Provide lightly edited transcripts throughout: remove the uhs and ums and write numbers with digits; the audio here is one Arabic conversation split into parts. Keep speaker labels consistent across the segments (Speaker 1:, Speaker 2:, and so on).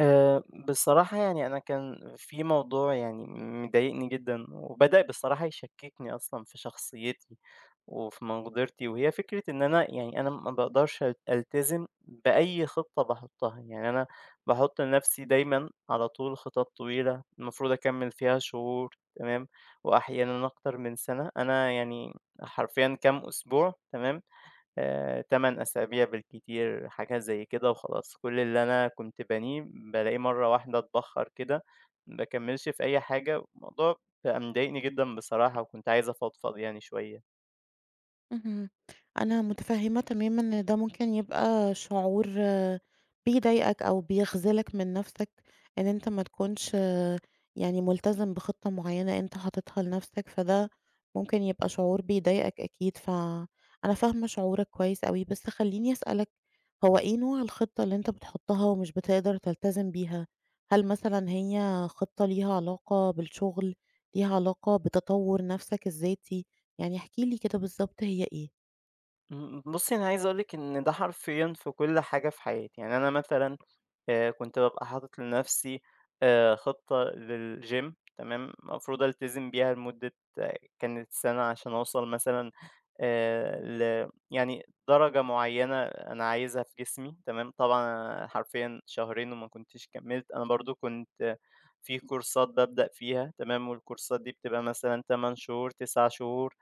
Speaker 1: آآ، بصراحة يعني أنا كان في موضوع يعني مضايقني جدًا، وبدأ بصراحة يشككني أصلًا في شخصيتي، وفي مقدرتي، وهي فكرة إن أنا يعني أنا ما باقدرش ألتزم بأي خطة باحطها، يعني أنا باحط لنفسي دايمًا على طول خطط طويلة المفروض أكمّل فيها شهور تمام، وأحيانًا أكتر من سنة، أنا يعني حرفيًا كام أسبوع تمام 8 أسابيع بالكتير، حاجة زي كده وخلاص. كل اللي أنا كنت بانيه بالاقيه مرّة واحدة اتبخّر كده، ما باكمّلش في أي حاجة، الموضوع بقى مضايقني جدًا بصراحة وكنت عايز أفضفض يعني شوية.
Speaker 2: اهم. أنا متفهمة تمامًا إن ده ممكن يبقى شعور بيضايقك أو بيخذلك من نفسك، إن أنت ما تكونش يعني ملتزم بخطة معينة أنت حاططها لنفسك، فده ممكن يبقى شعور بيضايقك أكيد، فأنا فاهمة شعورك كويس أوي. بس خلّيني أسألك، هو إيه نوع الخطة اللي أنت بتحطها ومش بتقدر تلتزم بيها؟ هل مثلًا هي خطة ليها علاقة بالشغل، ليها علاقة بتطور نفسك الذاتي؟ يعني احكِ لي كده بالضبط هي إيه؟
Speaker 1: بُصّي أنا عايز أقول لِك إن ده حرفيًا في كل حاجة في حياتي، يعني أنا مثلًا كنت بابقى حاطط لنَفْسي خطة للgym تمام، المفروض ألتزم بيها لمدة آه، كانت سَنة عشان أوصل مثلًا آآ ل يعني درجة معيّنة أنا عايزها في جسمي تمام، طبعًا أنا حرفيًا شهرين وما كنتش كمّلت، أنا برضه كنت آه، في كورسات بابدأ فيها تمام، والكورسات دي بتبقى مثلًا 8 شهور، 9 شهور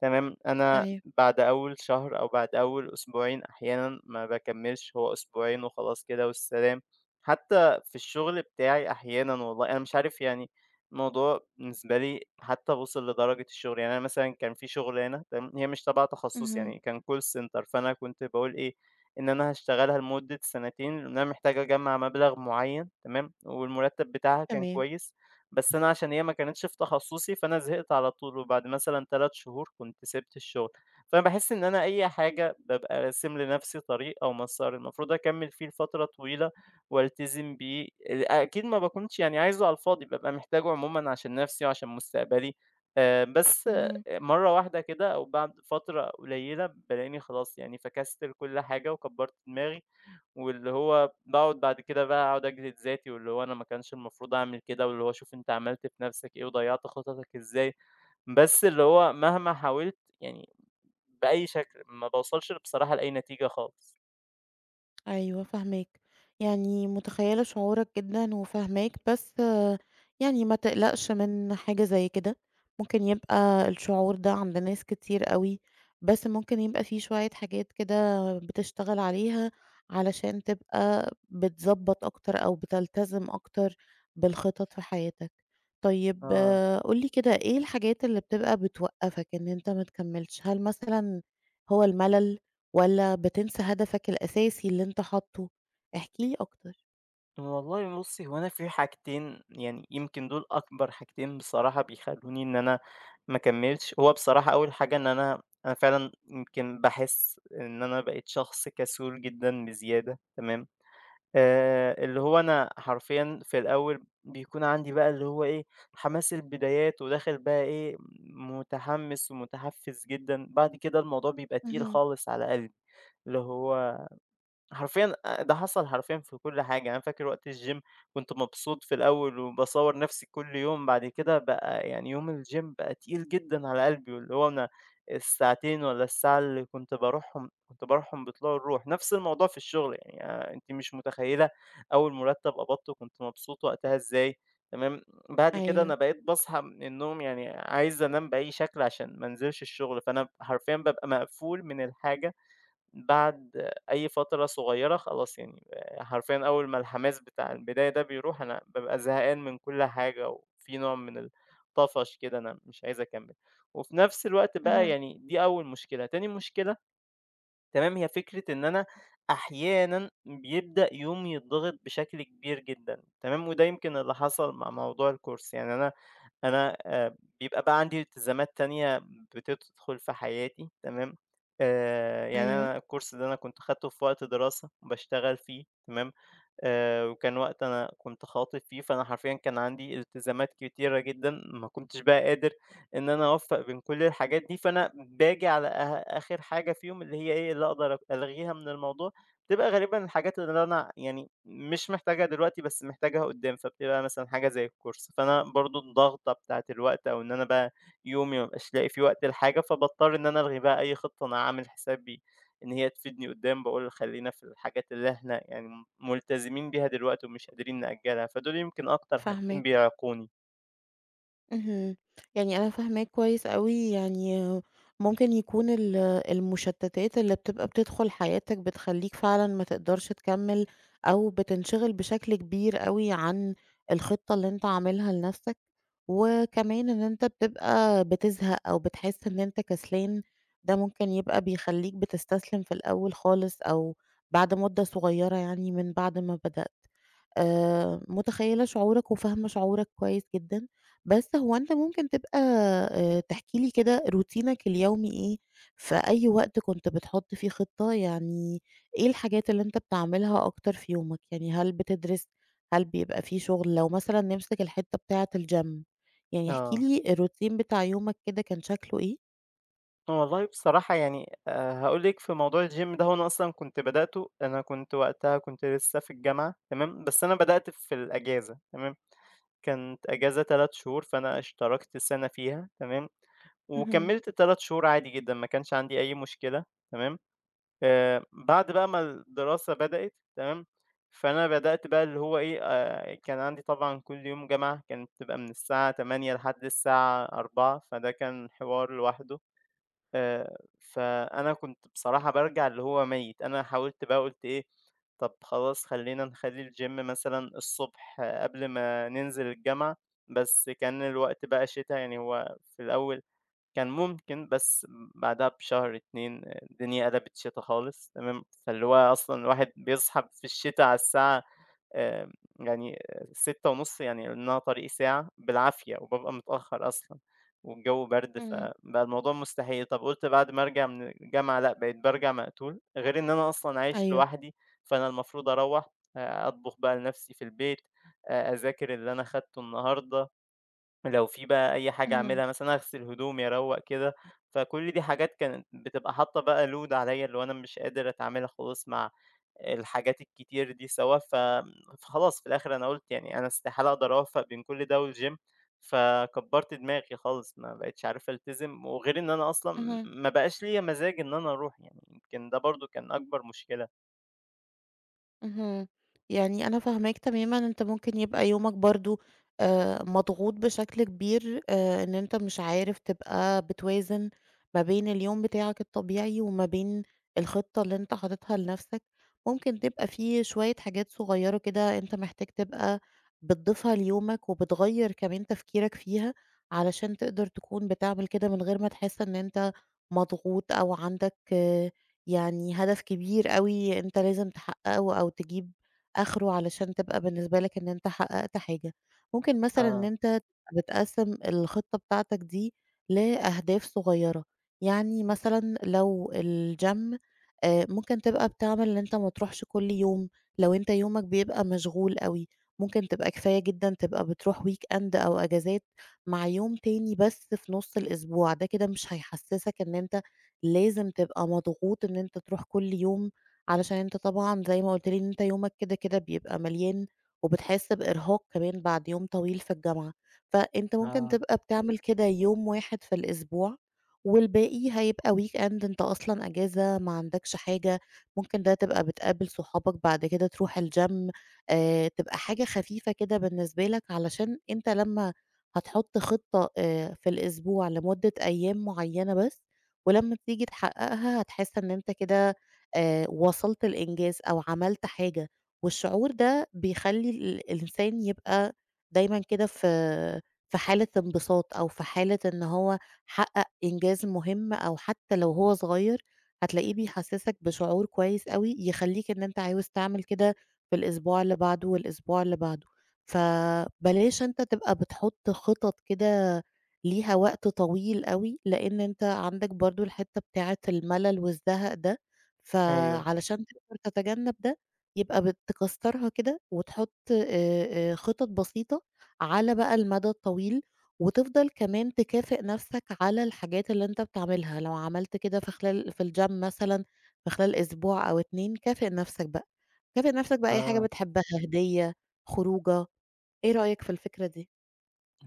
Speaker 1: تمام، أنا
Speaker 2: أيوه،
Speaker 1: بعد أول شهر أو بعد أول أسبوعين أحيانًا ما باكمّلش، هو أسبوعين وخلاص كده والسلام. حتى في الشغل بتاعي أحيانًا والله، أنا مش عارف يعني الموضوع بالنسبة لي حتى وصل لدرجة الشغل، يعني أنا مثلًا كان في شغلانة تمام، هي مش تبع تخصصي
Speaker 2: اهم،
Speaker 1: يعني كان call center فأنا كنت باقول إيه، إن أنا هاشتغلها لمدة سنتين، لأن أنا محتاج أجمّع مبلغ معيّن تمام، والمرتب بتاعها كان
Speaker 2: تمام،
Speaker 1: كويس، بس أنا عشان هي ما كانتش في تخصصي فأنا زهقت على طول، وبعد مثلًا 3 شهور كنت سِبت الشغل، فأنا باحس إن أنا أي حاجة بابقى راسم لنفسي طريق أو مسار المفروض أكمّل فيه لفترة طويلة والتزم بيه، أكيد ما باكونش يعني عايزه على الفاضي، بابقى محتاجه عمومًا عشان نَفْسي وعشان مستقبلي، بس
Speaker 2: اهم،
Speaker 1: مرّة واحدة كده أو بعد فترة قليلة بالاقيني خلاص يعني فكَسْتل كل حاجة وكبّرت دماغي، واللي هو باقعد بعد كده بقى أقعد أجلد ذاتي واللي هو أنا ما كانش المفروض أعمل كده، واللي هو شوف أنت عملت في نَفْسك إيه وضيّعت خططك إزاي، بس اللي هو مهما حاولت يعني بأي شكل ما باوصلش بصراحة لأي نتيجة خالص.
Speaker 2: أيوه فاهماك، يعني متخيّلة شعورك جدًا وفاهماك، بس يعني ما تقلقش من حاجة زي كده، ممكن يبقى الشعور ده عند ناس كتير أوي، بس ممكن يبقى في شوية حاجات كده بتشتغل عليها علشان تبقى بتضبّط أكتر أو بتلتزم أكتر بالخطط في حياتك. طيب
Speaker 1: آه.
Speaker 2: قُل لي كده إيه الحاجات اللي بتبقى بتوقّفك إن أنت ما تكمّلش؟ هل مثلًا هو الملل؟ والّا بتنسى هدفك الأساسي اللي أنت حاطّه؟ احكِ لي أكتر.
Speaker 1: والله بُصّي، هو أنا في حاجتين يعني يمكن دول أكبر حاجتين بصراحة بيخلّوني إن أنا ما أكمّلش. هو بصراحة أول حاجة إن أنا فعلًا يمكن باحس إن أنا بقيت شخص كسول جدًا بزيادة تمام، اللي هو أنا حرفيًا في الأول بيكون عندي بقى اللي هو إيه، حماس البدايات وداخل بقى إيه، متحمّس ومتحفّز جدًا، بعد كده الموضوع بيبقى تقيل
Speaker 2: اهم.
Speaker 1: خالص على قلبي، اللي هو حرفيًا ده حصل حرفيًا في كل حاجة، أنا فاكر وقت الgym كنت مبسوط في الأول وباصور نفسي كل يوم، بعد كده بقى يعني يوم الgym بقى تقيل جدًا على قلبي، واللي هو أنا الساعتين والّا الساعة اللي كنت باروحهم كنت باروحهم بطلوع الروح، نفس الموضوع في الشغل يعني أنتِ مش متخيلة أول مرتب قبضته كنت مبسوط وقتها إزاي، تمام، بعد كده أنا
Speaker 2: أيوه.
Speaker 1: بقيت باصحى من النوم يعني عايز أنام بأي شكل عشان ما انزلش الشغل، فأنا حرفيًا بابقى مقفول من الحاجة بعد أي فترة صغيرة خلاص يعني حرفيًا أول ما الحماس بتاع البداية ده بيروح أنا بابقى زهقان من كل حاجة، وفي نوع من الطفش كده أنا مش عايز أكمّل. وفي نفس الوقت بقى
Speaker 2: اهم.
Speaker 1: يعني دي أول مشكلة، تاني مشكلة تمام، هي فكرة إن أنا أحيانًا بيبدأ يومي يتضغط بشكل كبير جدًا، تمام، وده يمكن اللي حصل مع موضوع الCourse يعني أنا بيبقى بقى عندي التزامات تانية بتدخل في حياتي تمام، يعني
Speaker 2: أيوه،
Speaker 1: أنا الكورس ده أنا كنت خدته في وقت دراسة باشتغل فيه تمام، وكان وقت أنا كنت خاطب فيه، فأنا حرفيًا كان عندي التزامات كتيرة جدًا، ما كنتش بقى قادر إن أنا أوفّق بين كل الحاجات دي، فأنا باجي على أه آخر حاجة فيهم اللي هي إيه، اللي أقدر ألغيها من الموضوع. بتبقى غالبًا الحاجات اللي أنا يعني مش محتاجها دلوقتي بس محتاجها قدّام، فبتبقى مثلًا حاجة زي الكورس، فأنا برضه الضغطة بتاعة الوقت أو إن أنا بقى يومي ما بابقاش لاقي فيه وقت لحاجة، فباضطر إن أنا ألغي بقى أي خطة أنا عامل حسابي إن هي تفيدني قدّام، باقول خلّينا في الحاجات اللي إحنا يعني ملتزمين بيها دلوقتي ومش قادرين نأجّلها، فدول يمكن أكتر حاجتين
Speaker 2: فاهماك.
Speaker 1: بيعيقوني.
Speaker 2: اهم. يعني أنا فاهماك كويس أوي، يعني ممكن يكون المشتتات اللي بتبقى بتدخل حياتك بتخلّيك فعلًا ما تقدرش تكمّل، أو بتنشغل بشكل كبير أوي عن الخطة اللي أنت عاملها لنفسك، وكمان إن أنت بتبقى بتزهق أو بتحس إن أنت كسلان، ده ممكن يبقى بيخلّيك بتستسلم في الأول خالص أو بعد مدة صغيرة يعني من بعد ما بدأت. متخيّلة شعورك وفاهمة شعورك كويس جدًا، بس هو أنت ممكن تبقى تحكي لي كده روتينك اليومي إيه؟ في أي وقت كنت بتحُط فيه خطة؟ يعني إيه الحاجات اللي أنت بتعملها أكتر في يومك؟ يعني هل بتدرس، هل بيبقى في شغل؟ لو مثلًا نمسك الحتّة بتاعة الgym، يعني احكِ
Speaker 1: آه.
Speaker 2: لي الروتين بتاع يومك كده كان شكله إيه؟
Speaker 1: آه، والله بصراحة يعني هاقول لِك في موضوع الgym ده هو أنا أصلًا كنت بدأته أنا كنت وقتها كنت لسه في الجامعة تمام، بس أنا بدأت في الأجازة تمام، كانت أجازة 3 شهور فأنا اشتركت سَنة فيها تمام،
Speaker 2: اهم،
Speaker 1: وكمّلت 3 شهور عادي جدًا ما كانش عندي أي مشكلة تمام، بعد بقى ما الدراسة بدأت تمام، فأنا بدأت بقى اللي هو إيه كان عندي طبعًا كل يوم جامعة كانت بتبقى من الساعة 08:00 لحد الساعة 16:00 فده كان حوار لوحده. فأنا كنت بصراحة بارجع اللي هو ميت، أنا حاولت بقى قُلت إيه، طَب خلاص خلّينا نخلّي الgym مثلًا الصبح آه، قبل ما ننزل الجامعة، بس كان الوقت بقى شتا، يعني هو في الأول كان ممكن، بس بعدها بشهر، 2 الدنيا قلبت شتا خالص تمام، فاللي هو أصلًا الواحد بيصحى في الشتا على الساعة آمم، يعني 6:30 يعني لأنها طريقي ساعة بالعافية، وبابقى متأخر أصلًا، والجو برد،
Speaker 2: إمم،
Speaker 1: فبقى الموضوع مستحيل. طب قُلت بعد ما أرجع من الجامعة لأ، بقيت بارجع مقتول، غير إن أنا أصلًا عايش
Speaker 2: أيوه،
Speaker 1: لوحدي، فأنا المفروض أروّح أطبخ بقى لنفسي في البيت، أذاكر اللي أنا خدته النهارده، لو في بقى أي حاجة
Speaker 2: اهم،
Speaker 1: أعملها مثلًا أغسل هدومي، أروّق كده، فكل دي حاجات كانت بتبقى حاطة بقى load عليَّ اللي هو أنا مش قادر أتعامل خلاص مع الحاجات الكتير دي سوا، فخلاص في الآخر أنا قُلت يعني أنا استحالة أقدر أوفّق بين كل ده والgym، فكبّرت دماغي خالص، ما بقيتش عارف ألتزم، وغير إن أنا أصلًا
Speaker 2: اهم.
Speaker 1: ما بقاش ليّا مزاج إن أنا أروح يعني، يمكن ده برضه كان أكبر مشكلة.
Speaker 2: اهم. يعني أنا فاهماك تمامًا، أنت ممكن يبقى يومك برضه مضغوط بشكل كبير، إن أنت مش عارف تبقى بتوازن ما بين اليوم بتاعك الطبيعي وما بين الخطة اللي أنت حاططها لنفسك، ممكن تبقى في شوية حاجات صغيرة كده أنت محتاج تبقى بتضيفها ليومك وبتغيّر كمان تفكيرك فيها، علشان تقدر تكون بتعمل كده من غير ما تحس إن أنت مضغوط أو عندك يعني هدف كبير أوي أنت لازم تحققه أو تجيب آخره علشان تبقى بالنسبة لك إن أنت حققت حاجة. ممكن مثلًا إن
Speaker 1: آه،
Speaker 2: أنت تبقى بتقسّم الخطة بتاعتك دي لأهداف صغيرة، يعني مثلًا لو الgym ممكن تبقى بتعمل إن أنت ما تروحش كل يوم، لو أنت يومك بيبقى مشغول أوي، ممكن تبقى كفاية جدًا تبقى بتروح weekend أو أجازات مع يوم تاني بس في نُص الأسبوع، ده كده مش هيحسّسك إن أنت لازم تبقى مضغوط إن أنت تروح كل يوم، علشان أنت طبعًا زي ما قُلت لي إن أنت يومك كده، كده بيبقى مليان، وبتحس بإرهاق كمان بعد يوم طويل في الجامعة، فأنت ممكن
Speaker 1: آه،
Speaker 2: تبقى بتعمل كده يوم واحد في الأسبوع، والباقي هيبقى weekend أنت أصلًا أجازة ما عندكش حاجة، ممكن ده تبقى بتقابل صحابك بعد كده تروح الgym تبقى حاجة خفيفة كده بالنسبة لك، علشان أنت لمّا هتحط خطة في الأسبوع لمدة أيام معينة بس، ولمّا تيجي تحققها هتحس إن أنت كده وصلت لإنجاز أو عملت حاجة، والشعور ده بيخلّي الإنسان يبقى دايمًا كده في حالة انبساط أو في حالة إن هو حقق إنجاز مهم أو حتى لو هو صغير هتلاقيه بيحسسك بشعور كويس أوي يخلّيك إن أنت عاوز تعمل كده في الأسبوع اللي بعده والأسبوع اللي بعده، فبلاش أنت تبقى بتحط خطط كده ليها وقت طويل أوي، لإن أنت عندك برضه الحتّة بتاعة الملل والزهق ده،
Speaker 1: أيوه.
Speaker 2: فعلشان تقدر تتجنب ده يبقى تكسّرها كده وتحُط خطط بسيطة على بقى المدى الطويل، وتفضل كمان تكافئ نَفْسك على الحاجات اللي أنت بتعملها، لو عملت كده في خلال في الgym مثلًا في خلال أسبوع أو 2 كافئ نَفْسك بقى، كافئ نَفْسك بأي حاجة
Speaker 1: آه.
Speaker 2: بتحبها، هدية، خروجة، إيه رأيك في الفكرة دي؟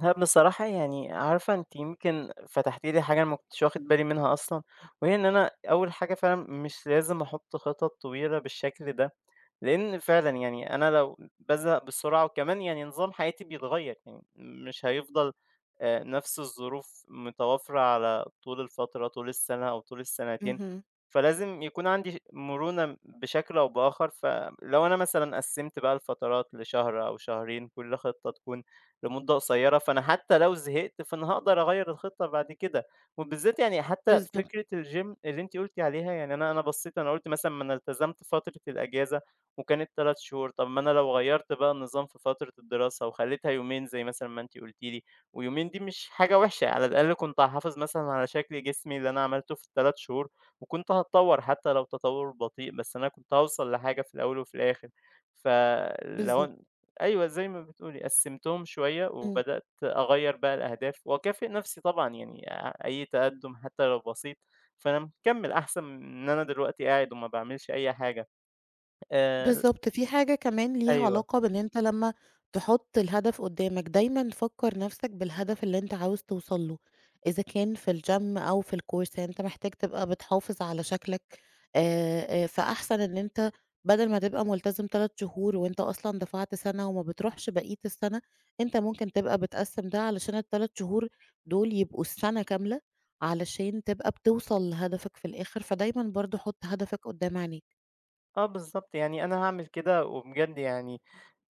Speaker 1: لأ بصراحة يعني عارفة أنتِ يمكن فتحتِ لي حاجة أنا ما كنتش واخد بالي منها أصلًا، وهي إن أنا أول حاجة فعلًا مش لازم أحط خطط طويلة بالشكل ده، لإن فعلًا يعني أنا لو بازهق بسرعة وكمان يعني نظام حياتي بيتغيّر، يعني مش هيفضل نفس الظروف متوافرة على طول الفترة، طول السنة أو طول السنتين،
Speaker 2: اهم،
Speaker 1: فلازم يكون عندي مرونة بشكل أو بآخر. فلو أنا مثلًا قسّمت بقى الفترات لشهر أو شهرين، كل خطة تكون لمدة قصيّرة، فأنا حتى لو زهقت فأنا هاقدر أغيّر الخطة بعد كده، وبالذات يعني حتى
Speaker 2: بالضبط،
Speaker 1: فكرة الgym اللي أنتِ قُلتِ عليها، يعني أنا بصّيت أنا قُلت مثلًا ما أنا التزمت فترة الأجازة وكانت 3 شهور، طب ما أنا لو غيّرت بقى النظام في فترة الدراسة وخلّيتها يومين زي مثلًا ما أنتِ قُلتِ لي، ويومين دي مش حاجة وحشة، على الأقل كنت هاحافظ مثلًا على شكل جسمي اللي أنا عملته في ال3 شهور، وكنت هاتطوّر حتى لو تطوّر بطيء، بس أنا كنت هاوصل لحاجة في الأول وفي الآخر. فلو أن
Speaker 2: بالضبط،
Speaker 1: أيوه زي ما بتقولي، قسّمتهم شوية
Speaker 2: إمم.
Speaker 1: وبدأت أغيّر بقى الأهداف وأكافئ نفسي طبعًا يعني أي تقدُّم حتى لو بسيط، فأنا مكمّل أحسن من إن أنا دلوقتي قاعد وما باعملش أي حاجة. آآ
Speaker 2: بالضبط، في حاجة كمان ليها
Speaker 1: أيوه،
Speaker 2: علاقة بإن أنت لمّا تحُط الهدف قُدّامك، دايمًا فكّر نَفْسك بالهدف اللي أنت عاوز توصل له، إذا كان في الgym أو في الcourse يعني أنت محتاج تبقى بتحافظ على شكلك فأحسن إن أنت بدل ما تبقى ملتزم 3 شهور وأنت أصلًا دفعت سَنة وما بتروحش بقية السَنة، أنت ممكن تبقى بتقسّم ده علشان ال3 شهور دول يبقوا السَنة كاملة، علشان تبقى بتوصل لهدفك في الآخر، فدايمًا برضه حُط هدفك قُدّام عينيك.
Speaker 1: آه بالضبط، يعني أنا هاعمل كده وبجد يعني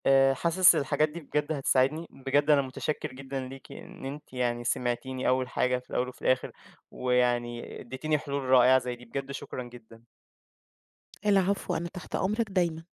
Speaker 1: حاسس الحاجات دي بجد هتساعدني، بجد أنا متشكّر جدًا ليكِ إن أنتِ يعني سمعتيني أول حاجة في الأول وفي الآخر، ويعني ادّيتيني حلول رائعة زي دي، بجد شكرًا جدًا.
Speaker 2: العفو، أنا تحت أمرك دايمًا.